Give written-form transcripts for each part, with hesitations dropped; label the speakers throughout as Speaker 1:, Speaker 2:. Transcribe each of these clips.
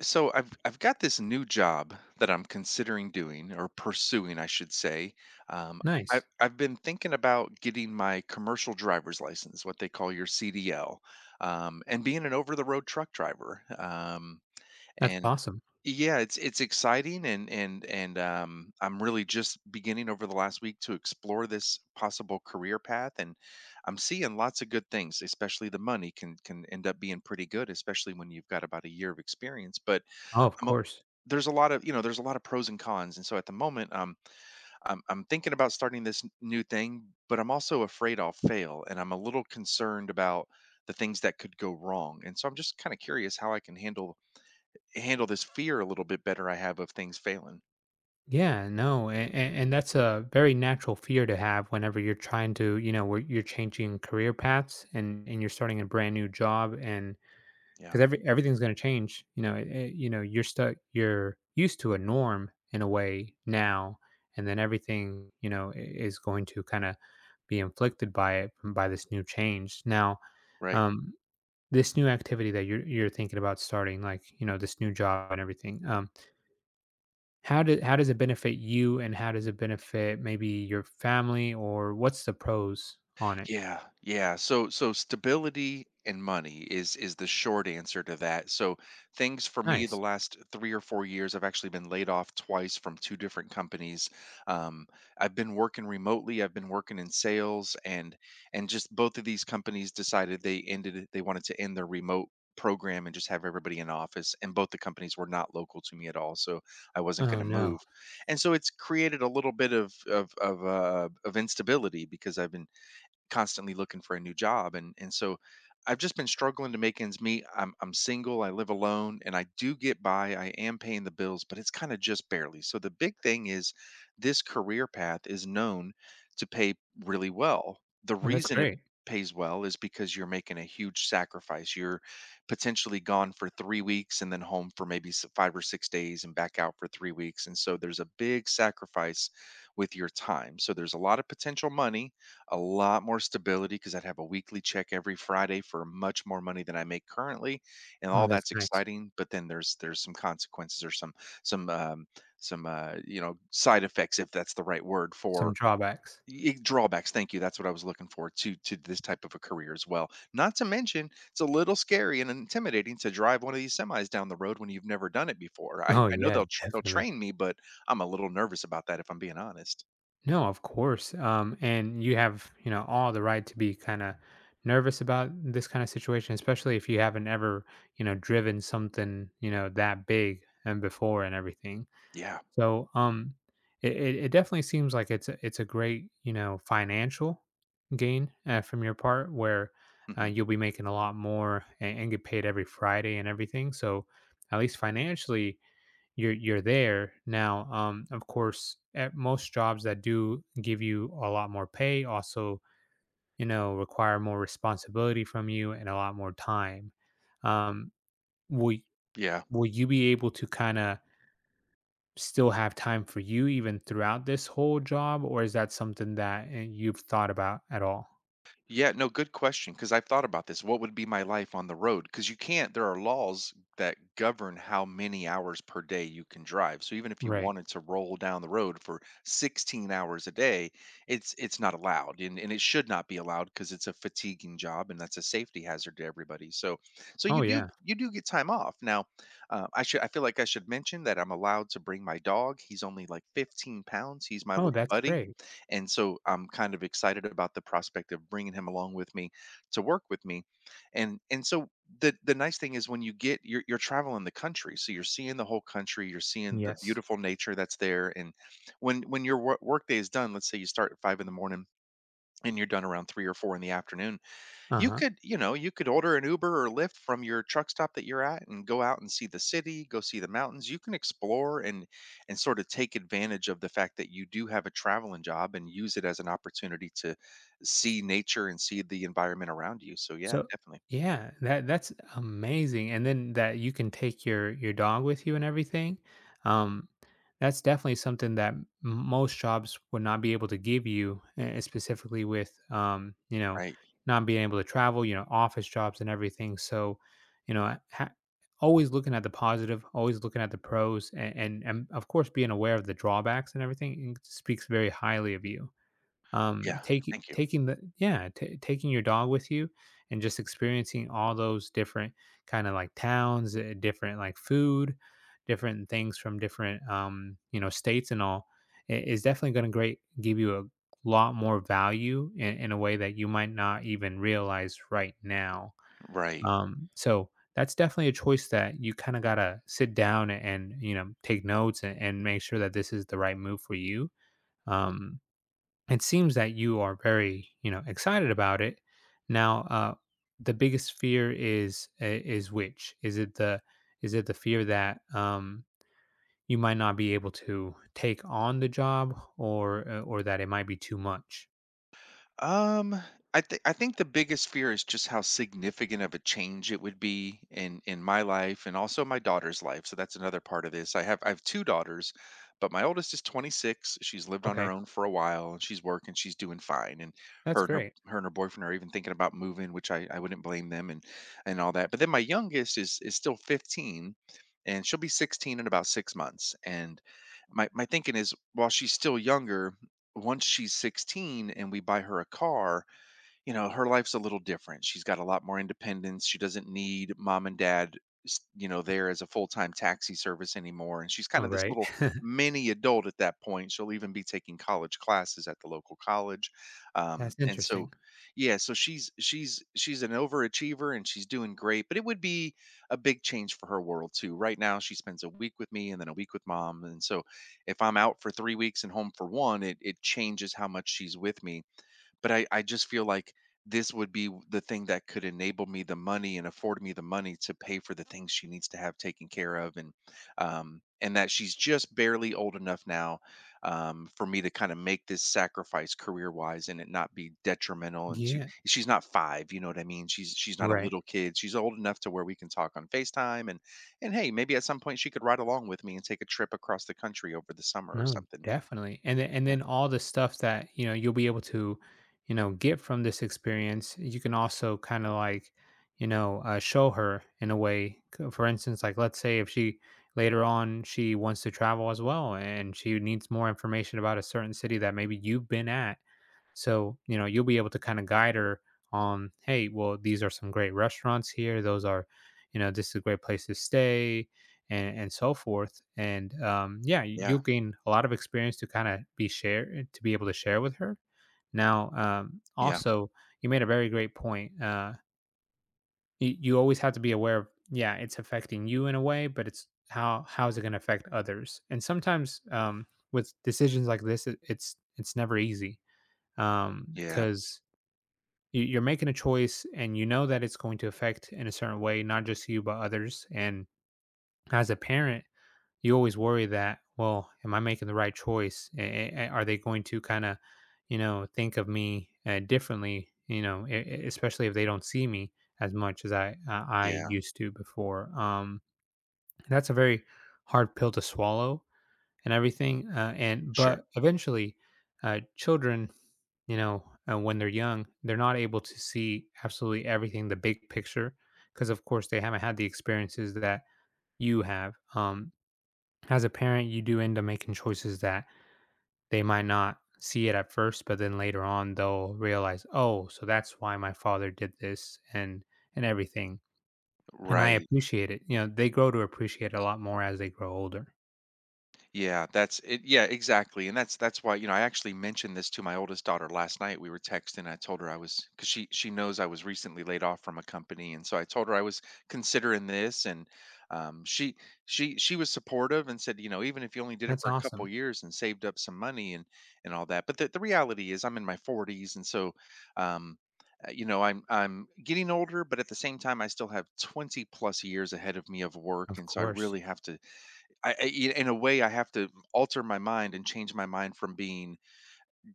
Speaker 1: So I've got this new job that I'm considering doing or pursuing, I should say. Um, I've
Speaker 2: Nice.
Speaker 1: I've been thinking about getting my commercial driver's license, what they call your CDL, and being an over-the-road truck driver.
Speaker 2: That's
Speaker 1: And
Speaker 2: awesome.
Speaker 1: Yeah, it's exciting, and I'm really just beginning over the last week to explore this possible career path, and I'm seeing lots of good things. Especially the money can end up being pretty good, especially when you've got about a year of experience, but
Speaker 2: Oh, of
Speaker 1: I'm a
Speaker 2: course.
Speaker 1: there's a lot of there's a lot of pros and cons, and so at the moment, I'm thinking about starting this n new thing, but I'm also afraid I'll fail, and I'm a little concerned about the things that could go wrong, and so I'm just kinda curious how I can handle this fear a little bit better I have of things failing.
Speaker 2: Yeah, no, and that's a very natural fear to have whenever you're trying to, you know, where you're changing career paths and you're starting a brand new job, and
Speaker 1: Yeah,
Speaker 2: because everything's going to change, you know, you know, you're stuck, you're used to a norm in a way now, and then everything, you know, is going to kind of be inflicted by this new change. Now,
Speaker 1: right.
Speaker 2: um, this new activity that you're thinking about starting, like you know, this new job and everything. How does it benefit you, and how does it benefit maybe your family, or what's the pros on it?
Speaker 1: Yeah, yeah. So so stability and money is the short answer to that. So things for me the
Speaker 2: Nice.
Speaker 1: last 3 or 4 years, I've actually been laid off twice from two different companies. Um, I've been working remotely. I've been working in sales, and just both of these companies decided They wanted to end their remote program and just have everybody in office. And both the companies were not local to me at all, so I wasn't going
Speaker 2: Oh,
Speaker 1: to
Speaker 2: no.
Speaker 1: move. And so it's created a little bit of of instability because I've been constantly looking for a new job, and so I've just been struggling to make ends meet. I'm single, I live alone, and I do get by. I am paying the bills, but it's kind of just barely. So the big thing is this career path is known to pay really well. The
Speaker 2: Well, that's
Speaker 1: reason it
Speaker 2: great.
Speaker 1: pays well is because you're making a huge sacrifice. You're potentially gone for 3 weeks and then home for maybe 5 or 6 days and back out for 3 weeks. And so there's a big sacrifice with your time. So there's a lot of potential money, a lot more stability because I'd have a weekly check every Friday for much more money than I make currently, and
Speaker 2: Oh,
Speaker 1: all
Speaker 2: that's
Speaker 1: that's
Speaker 2: nice.
Speaker 1: exciting. But then there's some consequences or some some um, you know, side effects, if that's the right word
Speaker 2: Some
Speaker 1: for
Speaker 2: drawbacks.
Speaker 1: drawbacks. Thank you. That's what I was looking for, to this type of a career as well. Not to mention, it's a little scary and intimidating to drive one of these semis down the road when you've never done it before. I
Speaker 2: Oh,
Speaker 1: I know
Speaker 2: yeah,
Speaker 1: they'll
Speaker 2: definitely.
Speaker 1: train me, but I'm a little nervous about that if I'm being honest.
Speaker 2: No, of course, and you have, you know, all the right to be kinda nervous about this kinda situation, especially if you haven't ever, you know, driven something, you know, that big and before and everything.
Speaker 1: Yeah.
Speaker 2: So, it definitely seems like it's a great, you know, financial gain, from your part where,
Speaker 1: Hmm.
Speaker 2: you'll be making a lot more and get paid every Friday and everything, so at least financially, you're there. Now, of course, at most jobs that do give you a lot more pay also, you know, require more responsibility from you and a lot more time. Um, will
Speaker 1: Yeah.
Speaker 2: will you be able to kinda still have time for you even throughout this whole job, or is that something that, you've thought about at all?
Speaker 1: Yeah, no, good question. Because I've thought about this. What would be my life on the road? Because you can't, there are laws that govern how many hours per day you can drive. So even if you
Speaker 2: Right.
Speaker 1: wanted to roll down the road for 16 hours a day, it's not allowed. And it should not be allowed because it's a fatiguing job and that's a safety hazard to everybody. So so
Speaker 2: Oh,
Speaker 1: you do
Speaker 2: yeah.
Speaker 1: you do get time off. Now, I feel like I should mention that I'm allowed to bring my dog. He's only like 15 pounds. He's my
Speaker 2: Oh,
Speaker 1: little
Speaker 2: that's
Speaker 1: buddy.
Speaker 2: great.
Speaker 1: And so I'm kind of excited about the prospect of bringing him along with me to work with me. And so the nice thing is when you get you're traveling the country, so you're seeing the whole country, you're seeing the
Speaker 2: Yes.
Speaker 1: beautiful nature that's there. And when your work day is done, let's say you start at 5 in the morning and you're done around 3 or 4 in the afternoon, you
Speaker 2: Uh-huh.
Speaker 1: could, you know, you could order an Uber or Lyft from your truck stop that you're at and go out and see the city, go see the mountains. You can explore and sort of take advantage of the fact that you do have a traveling job and use it as an opportunity to see nature and see the environment around you. So yeah,
Speaker 2: So
Speaker 1: definitely.
Speaker 2: yeah, that's amazing. And then that you can take your dog with you and everything. Um, that's definitely something that most jobs would not be able to give you, specifically with you know,
Speaker 1: Right.
Speaker 2: not being able to travel, you know, office jobs and everything. So, you know, always looking at the positive, always looking at the pros, and of course being aware of the drawbacks and everything, it speaks very highly of you,
Speaker 1: Yeah.
Speaker 2: taking
Speaker 1: Thank you.
Speaker 2: taking the yeah, ta taking your dog with you and just experiencing all those different kind of like towns, different like food, different things from different you know states, and all is definitely going to great give you a lot more value in a way that you might not even realize right now.
Speaker 1: Right.
Speaker 2: So that's definitely a choice that you kind of got to sit down and you know take notes, and make sure that this is the right move for you. um it seems that you are very, you know, excited about it. Now, the biggest fear is which? Is it the fear that you might not be able to take on the job, or that it might be too much?
Speaker 1: Um, I think the biggest fear is just how significant of a change it would be in my life and also my daughter's life. So that's another part of this. I have two daughters, but my oldest is 26. She's lived on her
Speaker 2: Okay,
Speaker 1: own for a while and she's working, she's doing fine. And
Speaker 2: that's
Speaker 1: her and her
Speaker 2: great.
Speaker 1: her and her boyfriend are even thinking about moving, which I wouldn't blame them and all that. But then my youngest is still 15 and she'll be 16 in about 6 months. And my thinking is while she's still younger, once she's 16 and we buy her a car, you know, her life's a little different. She's got a lot more independence. She doesn't need mom and dad, you know, there as a full time taxi service anymore. And she's kind
Speaker 2: All
Speaker 1: of this
Speaker 2: right,
Speaker 1: little mini adult at that point. She'll even be taking college classes at the local college. Um,
Speaker 2: that's
Speaker 1: and so,
Speaker 2: interesting.
Speaker 1: yeah, so she's an overachiever and she's doing great, but it would be a big change for her world too. Right now, she spends a week with me and then a week with mom, and so if I'm out for 3 weeks and home for one, it changes how much she's with me, but I just feel like this would be the thing that could enable me the money and afford me the money to pay for the things she needs to have taken care of, and that she's just barely old enough now, for me to kind of make this sacrifice career wise and it not be detrimental, and to
Speaker 2: Yeah,
Speaker 1: she's not five, you know what I mean, she's not a
Speaker 2: right.
Speaker 1: little kid, she's old enough to where we can talk on FaceTime, and hey, maybe at some point she could ride along with me and take a trip across the country over the summer or
Speaker 2: No,
Speaker 1: something.
Speaker 2: definitely. And then, and
Speaker 1: Yeah,
Speaker 2: then all the stuff that, you know, you'll be able to, you know, get from this experience, you can also kind of like, you know, show her in a way. For instance, like let's say, if she later on she wants to travel as well and she needs more information about a certain city that maybe you've been at, so, you know, you'll be able to kind of guide her on, hey, well, these are some great restaurants here. Those are, you know, this is a great place to stay, and so forth. And yeah, you'll
Speaker 1: yeah,
Speaker 2: gain a lot of experience to be able to share with her. Now,
Speaker 1: yeah,
Speaker 2: also, you made a very great point. You always have to be aware of, yeah, it's affecting you in a way, but it's, how is it going to affect others? And sometimes with decisions like this, it's never easy
Speaker 1: yeah,
Speaker 2: because you're making a choice and you know that it's going to affect in a certain way not just you but others. And as a parent, you always worry that, well, am I making the right choice? Are they going to kind of, you know, think of me, differently, you know, especially if they don't see me as much as I
Speaker 1: yeah,
Speaker 2: used to before. That's a very hard pill to swallow and everything. And
Speaker 1: sure.
Speaker 2: but eventually, children, you know, when they're young, they're not able to see absolutely everything, the big picture, because of course they haven't had the experiences that you have. As a parent, you do end up making choices that they might not see it at first, but then later on they'll realize, oh, so that's why my father did this, and everything. And I
Speaker 1: Right.
Speaker 2: appreciate it. You know, they grow to appreciate it a lot more as they grow older.
Speaker 1: Yeah, that's it. Yeah, exactly. And that's why, you know, I actually mentioned this to my oldest daughter last night. We were texting. I told her I was, because she knows I was recently laid off from a company, and so I told her I was considering this, and um, she she was supportive and said, you know, even if you only did it
Speaker 2: That's
Speaker 1: for a couple
Speaker 2: awesome.
Speaker 1: years and saved up some money and all that. But the reality is, I'm in my 40s, and so, um, you know, I'm getting older, but at the same time I still have 20 plus years ahead of me of work,
Speaker 2: Of
Speaker 1: and so I
Speaker 2: course.
Speaker 1: really have to I, I- in a way, I have to alter my mind and change my mind from being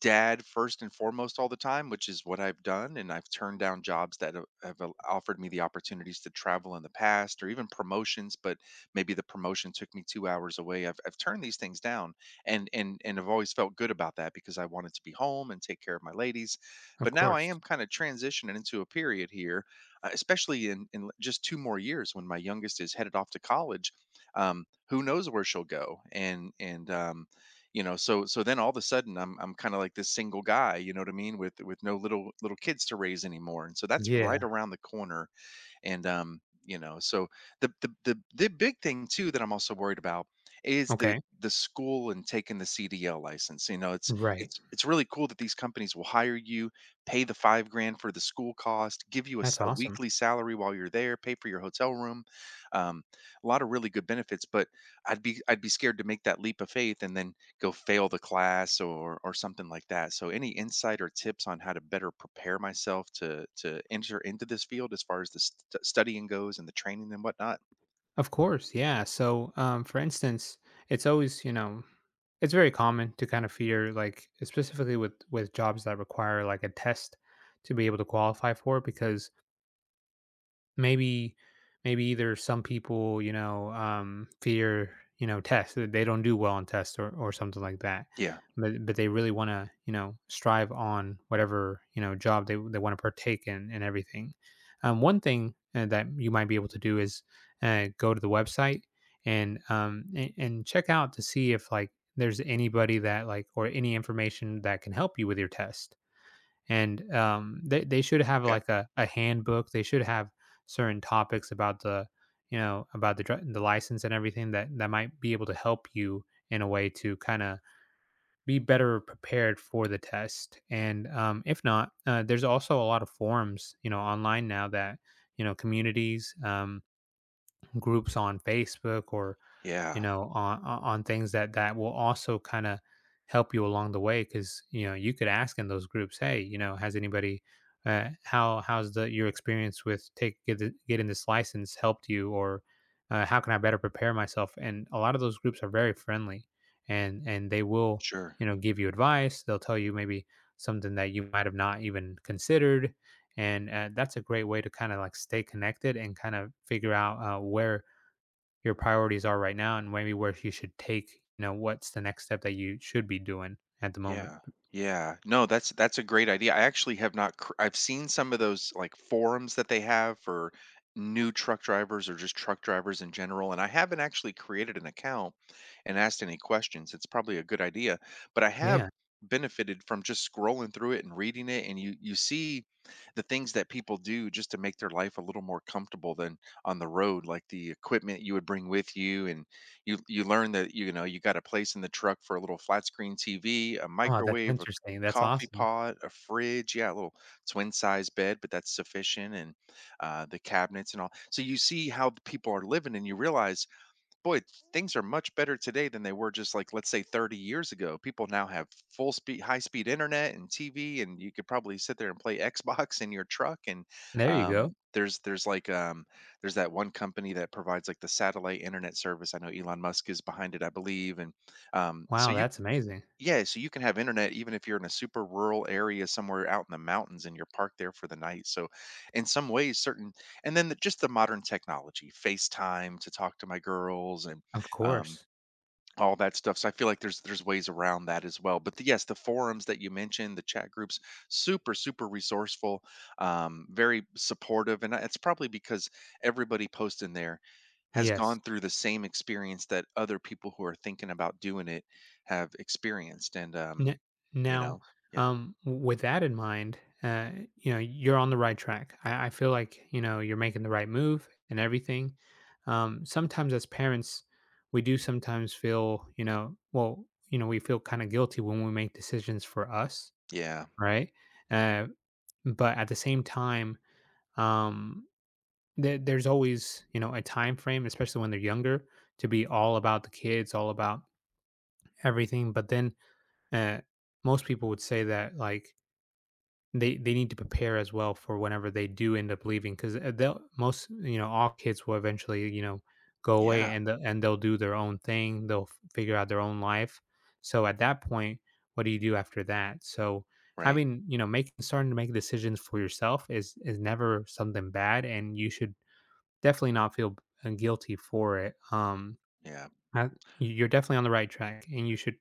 Speaker 1: dad first and foremost all the time, which is what I've done. And I've turned down jobs that have offered me the opportunities to travel in the past or even promotions, but maybe the promotion took me 2 hours away. I've turned these things down, and I've always felt good about that because I wanted to be home and take care of my ladies.
Speaker 2: Of
Speaker 1: But now I
Speaker 2: course.
Speaker 1: am kind of transitioning into a period here, especially in just two more years when my youngest is headed off to college. Who knows where she'll go? You know, so so then all of a sudden I'm kind of like this single guy, you know what I mean, with no little kids to raise anymore, and so that's right
Speaker 2: Yeah.
Speaker 1: around the corner. And you know, so the big thing too that I'm also worried about is
Speaker 2: Okay.
Speaker 1: the school and taking the CDL license. You know, it's
Speaker 2: Right.
Speaker 1: it's really cool that these companies will hire you, pay the 5 grand for the school cost, give you
Speaker 2: That's
Speaker 1: a
Speaker 2: awesome.
Speaker 1: weekly salary while you're there, pay for your hotel room, um, a lot of really good benefits, but I'd be scared to make that leap of faith and then go fail the class or something like that. So any insight or tips on how to better prepare myself to enter into this field as far as the studying goes and the training and whatnot?
Speaker 2: Of course. Yeah. So, for instance, it's always, you know, it's very common to kind of fear, like, specifically with jobs that require like a test to be able to qualify for, because Maybe maybe either some people, you know, fear, you know, tests, that they don't do well on tests, or something like that.
Speaker 1: Yeah.
Speaker 2: But they really wanna, you know, strive on whatever, you know, job they wanna partake in, and everything. One thing, that you might be able to do is, go to the website and check out to see if, like, there's anybody that, like, or any information that can help you with your test. And they should have,
Speaker 1: Okay.
Speaker 2: like, a handbook. They should have certain topics about the you know about the dri- the license, and everything that might be able to help you, in a way, to kind of be better prepared for the test. And if not, there's also a lot of forums, you know, online now, that you know, communities, groups on Facebook or, you
Speaker 1: Yeah.
Speaker 2: know, on on things, that will also kind of help you along the way, because, you know, you could ask in those groups, hey, you know, has anybody, how's the your experience with, getting this license helped you, or how can I better prepare myself? And a lot of those groups are very friendly, and they will,
Speaker 1: Sure.
Speaker 2: you know, give you advice. They'll tell you maybe something that you might have not even considered, and that's a great way to kind of, like, stay connected and kind of figure out, where your priorities are right now, and maybe, where you should take you know what's the next step that you should be doing at the moment.
Speaker 1: Yeah. Yeah, no, that's a great idea. I actually have not I've seen some of those like forums that they have for new truck drivers or just truck drivers in general, and I haven't actually created an account and asked any questions. It's probably a good idea, but I have
Speaker 2: Yeah.
Speaker 1: benefited from just scrolling through it and reading it, and you see the things that people do just to make their life a little more comfortable than on the road, like the equipment you would bring with you. And you learn that, you know, you got a place in the truck for a little flat screen TV, a
Speaker 2: Oh, that's
Speaker 1: microwave, a
Speaker 2: interesting. That's
Speaker 1: coffee
Speaker 2: awesome.
Speaker 1: pot, a fridge, yeah, a little twin size bed, but that's sufficient, and the cabinets and all. So you see how the people are living, and you realize, boy, things are much better today than they were just like let's say 30 years ago. People now have full speed, high speed internet and TV, and you could probably sit there and play Xbox in your truck. And
Speaker 2: There you go.
Speaker 1: um, there's there's like um, there's that one company that provides like the satellite internet service. I know Elon Musk is behind it, I believe, and
Speaker 2: Wow,
Speaker 1: so you
Speaker 2: that's amazing.
Speaker 1: yeah, so you can have internet even if you're in a super rural area somewhere out in the mountains and you're parked there for the night. So, in some ways, and then the, just the modern technology, FaceTime to talk to my girls, and
Speaker 2: Of
Speaker 1: um,
Speaker 2: course.
Speaker 1: all that stuff. So I feel like there's ways around that as well. But the, yes, the forums that you mentioned, the chat groups, super resourceful, very supportive, and it's probably because everybody posting there has
Speaker 2: Yes.
Speaker 1: gone through the same experience that other people who are thinking about doing it have experienced. And
Speaker 2: N-
Speaker 1: you
Speaker 2: Now,
Speaker 1: know, yeah,
Speaker 2: with that in mind, uh you know, you're on the right track. I feel like, you know, you're making the right move and everything. Sometimes, as parents, we do sometimes feel, you know, well, we feel kind of guilty when we make decisions for us.
Speaker 1: yeah,
Speaker 2: Right? Uh, but at the same time, um, there's always, you know, a time frame, especially when they're younger, to be all about the kids, all about everything. But then, uh, most people would say that, like, they need to prepare as well for whenever they do end up leaving, because they'll most you know all kids will eventually, go away,
Speaker 1: yeah,
Speaker 2: and and they'll do their own thing, they'll figure out their own life. So at that point, what do you do after that? So,
Speaker 1: right,
Speaker 2: having you know making starting to make decisions for yourself is never something bad, and you should definitely not feel guilty for it.
Speaker 1: yeah.
Speaker 2: I, you're definitely on the right track, and you should,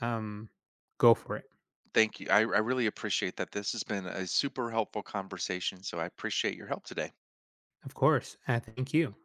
Speaker 2: um go for it.
Speaker 1: Thank you. I really appreciate that. This has been a super helpful conversation. So I appreciate your help today.
Speaker 2: Of course. Thank you.